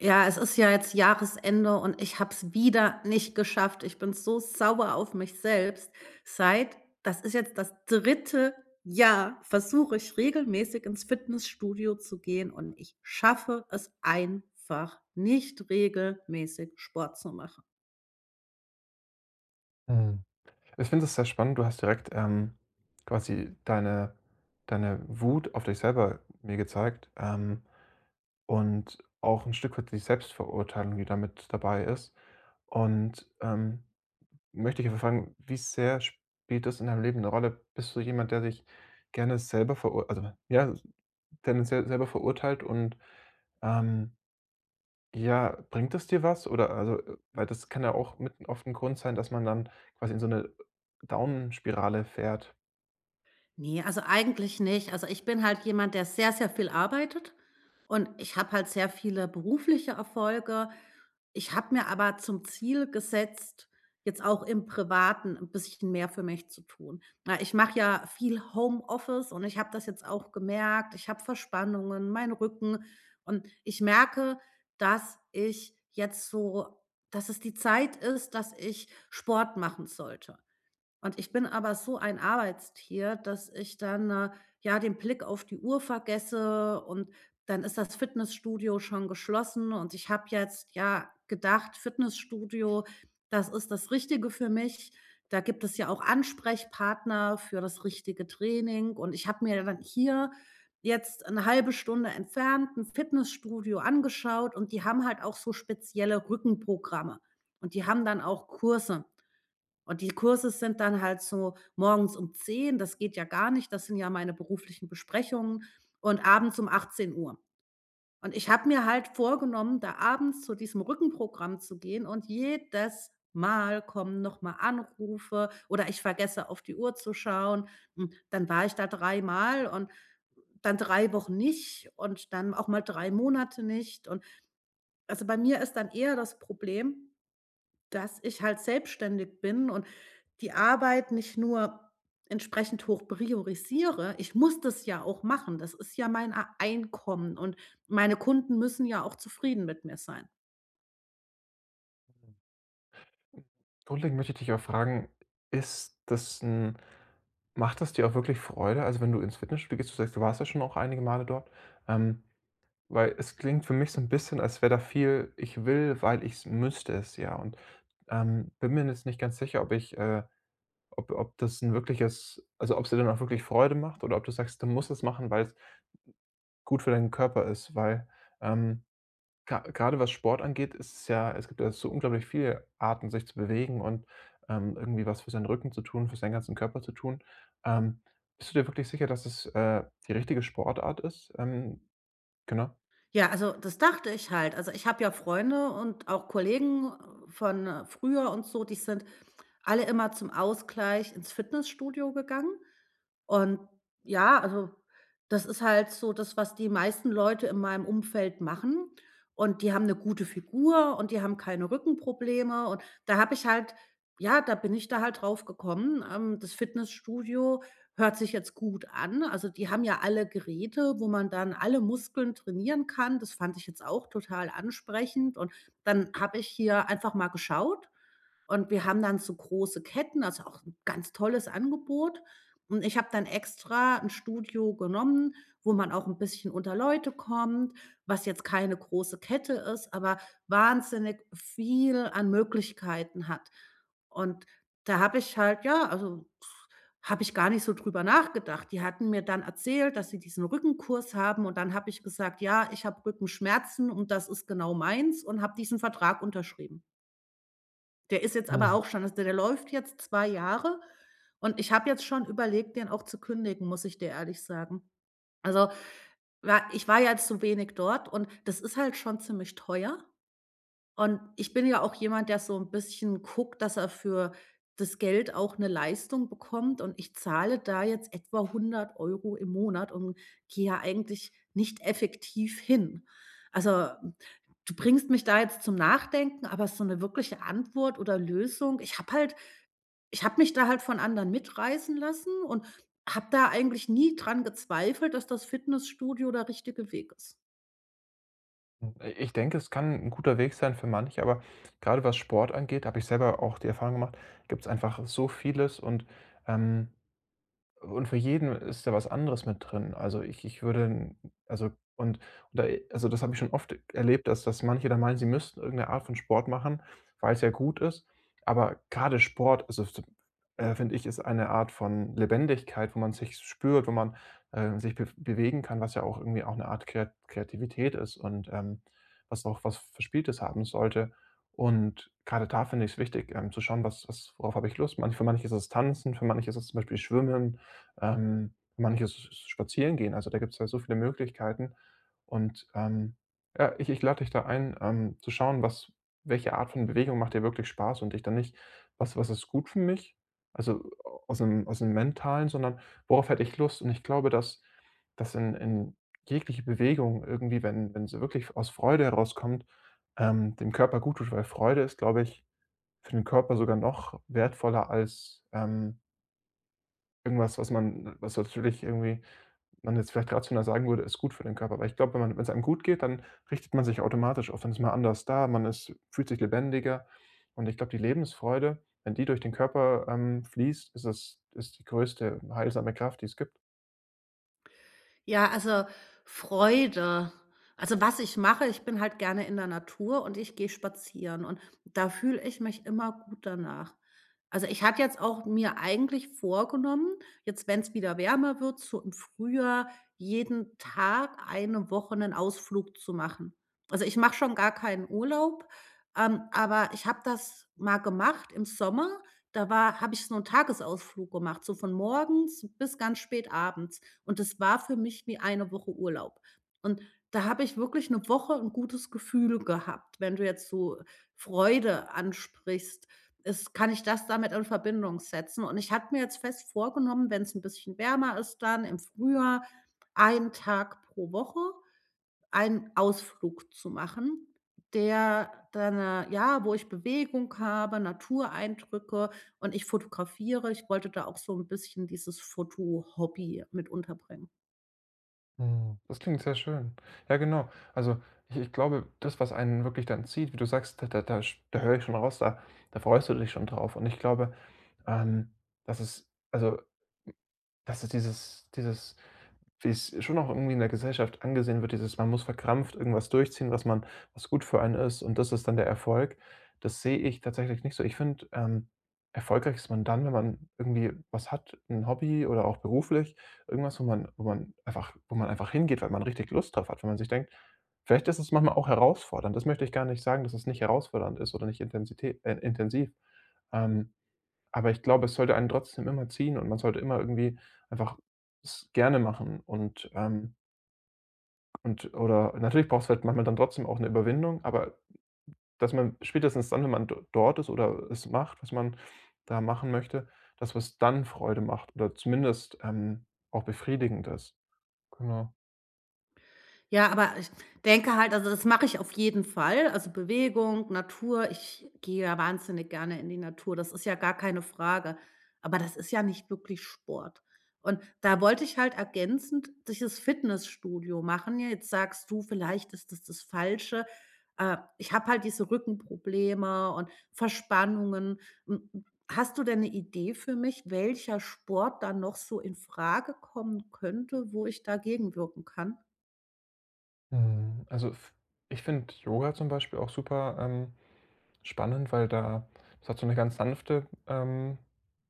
Ja, es ist ja jetzt Jahresende und ich habe es wieder nicht geschafft. Ich bin so sauer auf mich selbst. Seit Das ist jetzt das dritte Jahr, versuche ich regelmäßig ins Fitnessstudio zu gehen und ich schaffe es einfach nicht, regelmäßig Sport zu machen. Mhm. Ich finde es sehr spannend. Du hast direkt, quasi deine Wut auf dich selber mir gezeigt, und auch ein Stück weit die Selbstverurteilung, die damit dabei ist. Und, ähm, möchte ich einfach fragen, wie sehr spielt das in deinem Leben eine Rolle? Bist du jemand, der sich gerne selber verur also, ja, tendenziell selber verurteilt und, ähm ja, bringt es dir was? Oder also, weil das kann ja auch mit oft ein Grund sein, dass man dann quasi in so eine Down-Spirale fährt. Ne, also eigentlich nicht. Also, ich bin halt jemand, der sehr, sehr viel arbeitet. Und ich habe halt sehr viele berufliche Erfolge. Ich habe mir aber zum Ziel gesetzt, jetzt auch im Privaten ein bisschen mehr für mich zu tun. Na, ich mache ja viel Homeoffice und ich habe das jetzt auch gemerkt. Ich habe Verspannungen, meinen Rücken, und ich merke, dass ich jetzt so dass es die Zeit ist, dass ich Sport machen sollte. Und ich bin aber so ein Arbeitstier, dass ich dann, ja, den Blick auf die Uhr vergesse, und dann ist das Fitnessstudio schon geschlossen, und ich habe jetzt, ja, gedacht, Fitnessstudio, das ist das Richtige für mich. Da gibt es ja auch Ansprechpartner für das richtige Training, und ich habe mir dann hier jetzt eine halbe Stunde entfernt ein Fitnessstudio angeschaut, und die haben halt auch so spezielle Rückenprogramme, und die haben dann auch Kurse. Und die Kurse sind dann halt so morgens um 10. Das geht ja gar nicht, das sind ja meine beruflichen Besprechungen, und abends um 18 Uhr. Und ich habe mir halt vorgenommen, da abends zu diesem Rückenprogramm zu gehen, und jedes Mal kommen noch mal Anrufe oder ich vergesse, auf die Uhr zu schauen. Hm, dann war ich da dreimal, und dann 3 Wochen nicht, und dann auch mal 3 Monate nicht. Und also, bei mir ist dann eher das Problem, dass ich halt selbstständig bin und die Arbeit nicht nur entsprechend hoch priorisiere. Ich muss das ja auch machen. Das ist ja mein A Einkommen, und meine Kunden müssen ja auch zufrieden mit mir sein. Grundlegend möchte ich dich auch fragen, ist das 'n macht das dir auch wirklich Freude? Also, wenn du ins Fitnessstudio gehst, du sagst, du warst ja schon auch einige Male dort, ähm, weil es klingt für mich so ein bisschen, als wäre da viel: „Ich will, weil ich müsste es ja.“ Und, bin mir jetzt nicht ganz sicher, ob das ein wirkliches also, ob es dir dann auch wirklich Freude macht oder ob du sagst, du musst es machen, weil's gut für deinen Körper ist, weil, ähm, grade was Sport angeht, ist es ja es gibt ja so unglaublich viele Arten, sich zu bewegen und, irgendwie was für seinen Rücken zu tun, für seinen ganzen Körper zu tun. Ähm, bist du dir wirklich sicher, dass es, die richtige Sportart ist? Genau. Ja, also, das dachte ich halt. Also, ich habe ja Freunde und auch Kollegen, von, früher und so, die sind alle immer zum Ausgleich ins Fitnessstudio gegangen. Und ja, also das ist halt so das, was die meisten Leute in meinem Umfeld machen. Und die haben eine gute Figur und die haben keine Rückenprobleme. Und da habe ich halt ja, da bin ich da halt drauf gekommen, das Fitnessstudio hört sich jetzt gut an. Also, die haben ja alle Geräte, wo man dann alle Muskeln trainieren kann. Das fand ich jetzt auch total ansprechend. Und dann habe ich hier einfach mal geschaut, und wir haben dann so große Ketten, also auch 'n ganz tolles Angebot. Und ich habe dann extra ein Studio genommen, wo man auch ein bisschen unter Leute kommt, was jetzt keine große Kette ist, aber wahnsinnig viel an Möglichkeiten hat. Und da habe ich halt ja, also habe ich gar nicht so drüber nachgedacht. Die hatten mir dann erzählt, dass sie diesen Rückenkurs haben, und dann habe ich gesagt: „Ja, ich habe Rückenschmerzen und das ist genau meins“, und habe diesen Vertrag unterschrieben. Der ist jetzt aber Mhm, auch schon also, der läuft jetzt 2 Jahre, und ich habe jetzt schon überlegt, den auch zu kündigen, muss ich dir ehrlich sagen. Also, wa ich war ja zu wenig dort und das ist halt schon ziemlich teuer, und ich bin ja auch jemand, der so ein bisschen guckt, dass er für das Geld auch eine Leistung bekommt, und ich zahle da jetzt etwa 100 € im Monat und gehe ja eigentlich nicht effektiv hin. Also, du bringst mich da jetzt zum Nachdenken, aber so eine wirkliche Antwort oder Lösung, ich habe mich da halt von anderen mitreißen lassen und habe da eigentlich nie dran gezweifelt, dass das Fitnessstudio der richtige Weg ist. mhm. Ich denke, es kann ein guter Weg sein für manche, aber gerade was Sport angeht, habe ich selber auch die Erfahrung gemacht, gibt es einfach so vieles und, ähm, und für jeden ist da was anderes mit drin. Also, ich würde 'n also, und und da also, das habe ich schon oft erlebt, dass manche da meinen, sie müssten irgendeine Art von Sport machen, weil es ja gut ist. Aber gerade Sport, also, f finde ich, ist eine Art von Lebendigkeit, wo man sich spürt, wo man, sich bewegen kann, was ja auch irgendwie auch eine Art Kreativität ist und, was auch was Verspieltes haben sollte. Und gerade da finde ich es wichtig, zu schauen, was was worauf habe ich Lust? Manch Für manche ist es Tanzen, für manche ist es zum Beispiel Schwimmen. Manches Spazierengehen, also da gibt's ja so viele Möglichkeiten. Und, ja, ich lade dich da ein, zu schauen, was welche Art von Bewegung macht dir wirklich Spaß und dich dann nicht: „Was ist gut für mich?“ Also, aus dem Mentalen, sondern: „Worauf hätte ich Lust?“ Und ich glaube, dass in jegliche Bewegung irgendwie, wenn sie wirklich aus Freude herauskommt, dem Körper gut tut, weil Freude ist, glaube ich, für den Körper sogar noch wertvoller als, irgendwas, was natürlich irgendwie man jetzt vielleicht rational sagen würde, ist gut für den Körper. Weil ich glaube, wenn man wenn's einem gut geht, dann richtet man sich automatisch auf. Dann ist man anders da, man ist fühlt sich lebendiger. Und ich glaube, die Lebensfreude, wenn die durch den Körper, fließt, ist die größte heilsame Kraft, die es gibt. Ja, also Freude. Also, was ich mache, ich bin halt gerne in der Natur und ich gehe spazieren, und da fühle ich mich immer gut danach. Also, ich hatte jetzt auch mir eigentlich vorgenommen, jetzt, wenn es wieder wärmer wird, so im Frühjahr jeden Tag eine Woche einen Ausflug zu machen. Also, ich mache schon gar keinen Urlaub, aber ich habe das mal gemacht im Sommer. Da war Habe ich so einen Tagesausflug gemacht, so von morgens bis ganz spät abends. Und das war für mich wie eine Woche Urlaub. Und da habe ich wirklich eine Woche ein gutes Gefühl gehabt, wenn du jetzt so Freude ansprichst. Es kann ich das damit in Verbindung setzen? Und ich habe mir jetzt fest vorgenommen, wenn es ein bisschen wärmer ist dann im Frühjahr, einen Tag pro Woche einen Ausflug zu machen, der dann, ja, wo ich Bewegung habe, Natureindrücke, und ich fotografiere. Ich wollte da auch so ein bisschen dieses Foto-Hobby mit unterbringen. Mhm. Das klingt sehr schön. Ja, genau. Also, ich glaube, das, was einen wirklich dann zieht, wie du sagst, da höre ich schon raus, da freust du dich schon drauf. Und ich glaube, ähm, dass es also, das ist dieses dieses wie es schon auch irgendwie in der Gesellschaft angesehen wird, dieses man muss verkrampft irgendwas durchziehen, was gut für einen ist und das ist dann der Erfolg. Das sehe ich tatsächlich nicht so. Ich finde, erfolgreich ist man dann, wenn man irgendwie was hat, ein Hobby oder auch beruflich, irgendwas, wo man einfach hingeht, weil man richtig Lust drauf hat, wenn man sich denkt vielleicht ist es manchmal auch herausfordernd. Das möchte ich gar nicht sagen, dass es nicht herausfordernd ist oder nicht Intensität intensiv. Ähm aber ich glaube, es sollte einen trotzdem immer ziehen und man sollte immer irgendwie einfach es gerne machen und oder natürlich braucht es halt manchmal dann trotzdem auch eine Überwindung, aber dass man spätestens dann, wenn man do dort ist oder es macht, was man da machen möchte, dass was dann Freude macht oder zumindest, auch befriedigend ist. Genau. Ja, aber ich denke halt also, das mache ich auf jeden Fall. Also, Bewegung, Natur. Ich gehe ja wahnsinnig gerne in die Natur. Das ist ja gar keine Frage. Aber das ist ja nicht wirklich Sport. Und da wollte ich halt ergänzend dieses Fitnessstudio machen. Ja, jetzt sagst du, vielleicht ist das das Falsche. Ich habe halt diese Rückenprobleme und Verspannungen. Hm, hm, Hast du denn eine Idee für mich, welcher Sport dann noch so in Frage kommen könnte, wo ich da gegenwirken kann? Mhm. Also, f Ich finde Yoga zum Beispiel auch super, spannend, weil da das hat so eine ganz sanfte,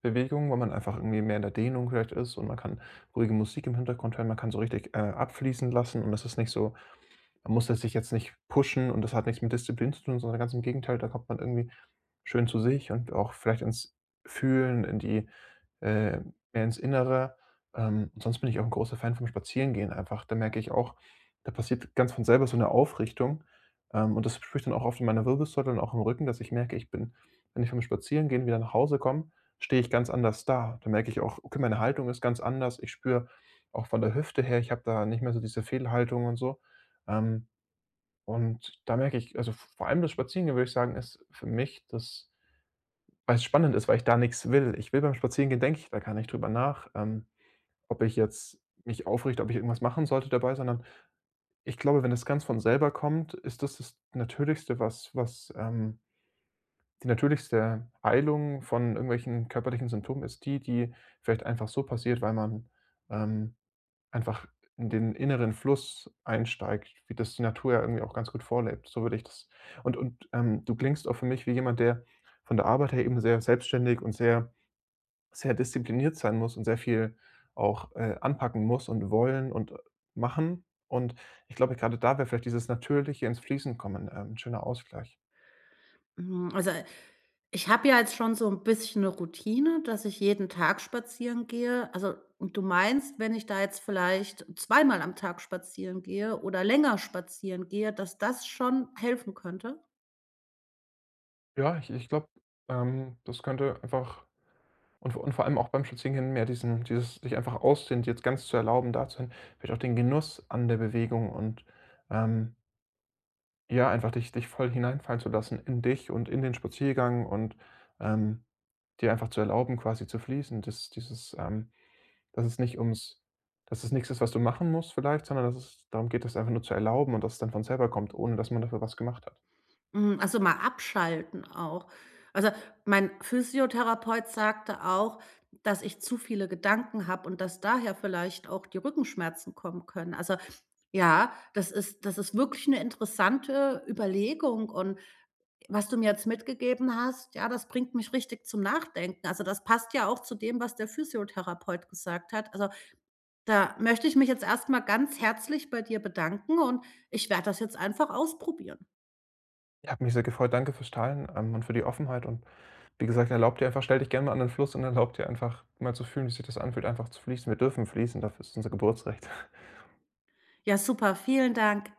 Bewegung, wo man einfach irgendwie mehr in der Dehnung vielleicht ist und man kann ruhige Musik im Hintergrund hören. Man kann so richtig, abfließen lassen und das ist nicht so, man muss das sich jetzt nicht pushen und das hat nichts mit Disziplin zu tun, sondern ganz im Gegenteil, da kommt man irgendwie schön zu sich und auch vielleicht ins Fühlen, in die äh, mehr ins Innere. Und sonst bin ich auch ein großer Fan vom Spazierengehen einfach. Da merke ich auch, da passiert ganz von selber so eine Aufrichtung. Und das spüre ich dann auch oft in meiner Wirbelsäule und auch im Rücken, dass ich merke, ich bin wenn ich vom Spazierengehen wieder nach Hause komme, stehe ich ganz anders da. Da merke ich auch, okay, meine Haltung ist ganz anders. Ich spüre auch von der Hüfte her, ich habe da nicht mehr so diese Fehlhaltung und so. Ähm, und da merke ich also, vor allem das Spazierengehen, würde ich sagen, ist für mich das. Weil's spannend ist, weil ich da nichts will. Ich will Beim Spazierengehen denke ich da gar nicht drüber nach, ob ich jetzt mich aufrichte, ob ich irgendwas machen sollte dabei, sondern ich glaube, wenn das ganz von selber kommt, ist das das Natürlichste, die natürlichste Heilung von irgendwelchen körperlichen Symptomen ist die, die vielleicht einfach so passiert, weil man, ähm, einfach in den inneren Fluss einsteigt, wie das die Natur ja irgendwie auch ganz gut vorlebt. So würde ich das Und, du klingst auch für mich wie jemand, der von der Arbeit her eben sehr selbstständig und sehr diszipliniert sein muss und sehr viel auch, anpacken muss und wollen und, machen. Und ich glaube, gerade da wäre vielleicht dieses Natürliche ins Fließen kommen, 'n schöner Ausgleich. Mhm, also, ich habe ja jetzt schon so ein bisschen eine Routine, dass ich jeden Tag spazieren gehe. Also, und du meinst, wenn ich da jetzt vielleicht zweimal am Tag spazieren gehe oder länger spazieren gehe, dass das schon helfen könnte? Ja, ich glaube, das könnte einfach vor allem auch beim Spazierengehen mehr diesen dieses sich einfach ausdehnen, jetzt ganz zu erlauben, da zu sein, vielleicht auch den Genuss an der Bewegung und, ähm, ja, einfach dich voll hineinfallen zu lassen in dich und in den Spaziergang und, ähm, dir einfach zu erlauben, quasi zu fließen. Dass es nicht ums dass es nichts ist, was du machen musst vielleicht, sondern dass es darum geht, das einfach nur zu erlauben und dass es dann von selber kommt, ohne dass man dafür was gemacht hat. Also, mal abschalten auch. Also, mein Physiotherapeut sagte auch, dass ich zu viele Gedanken habe und dass daher vielleicht auch die Rückenschmerzen kommen können. Also, ja, das ist wirklich eine interessante Überlegung, und was du mir jetzt mitgegeben hast, ja, das bringt mich richtig zum Nachdenken. Also, das passt ja auch zu dem, was der Physiotherapeut gesagt hat. Also, da möchte ich mich jetzt erstmal ganz herzlich bei dir bedanken, und ich werde das jetzt einfach ausprobieren. Ich habe mich sehr gefreut. Danke fürs Teilen, und für die Offenheit und wie gesagt, erlaubt dir einfach stell dich gerne mal an den Fluss und erlaubt dir einfach mal zu fühlen, wie sich das anfühlt, einfach zu fließen. Wir dürfen fließen, dafür ist unser Geburtsrecht. Ja, super, vielen Dank.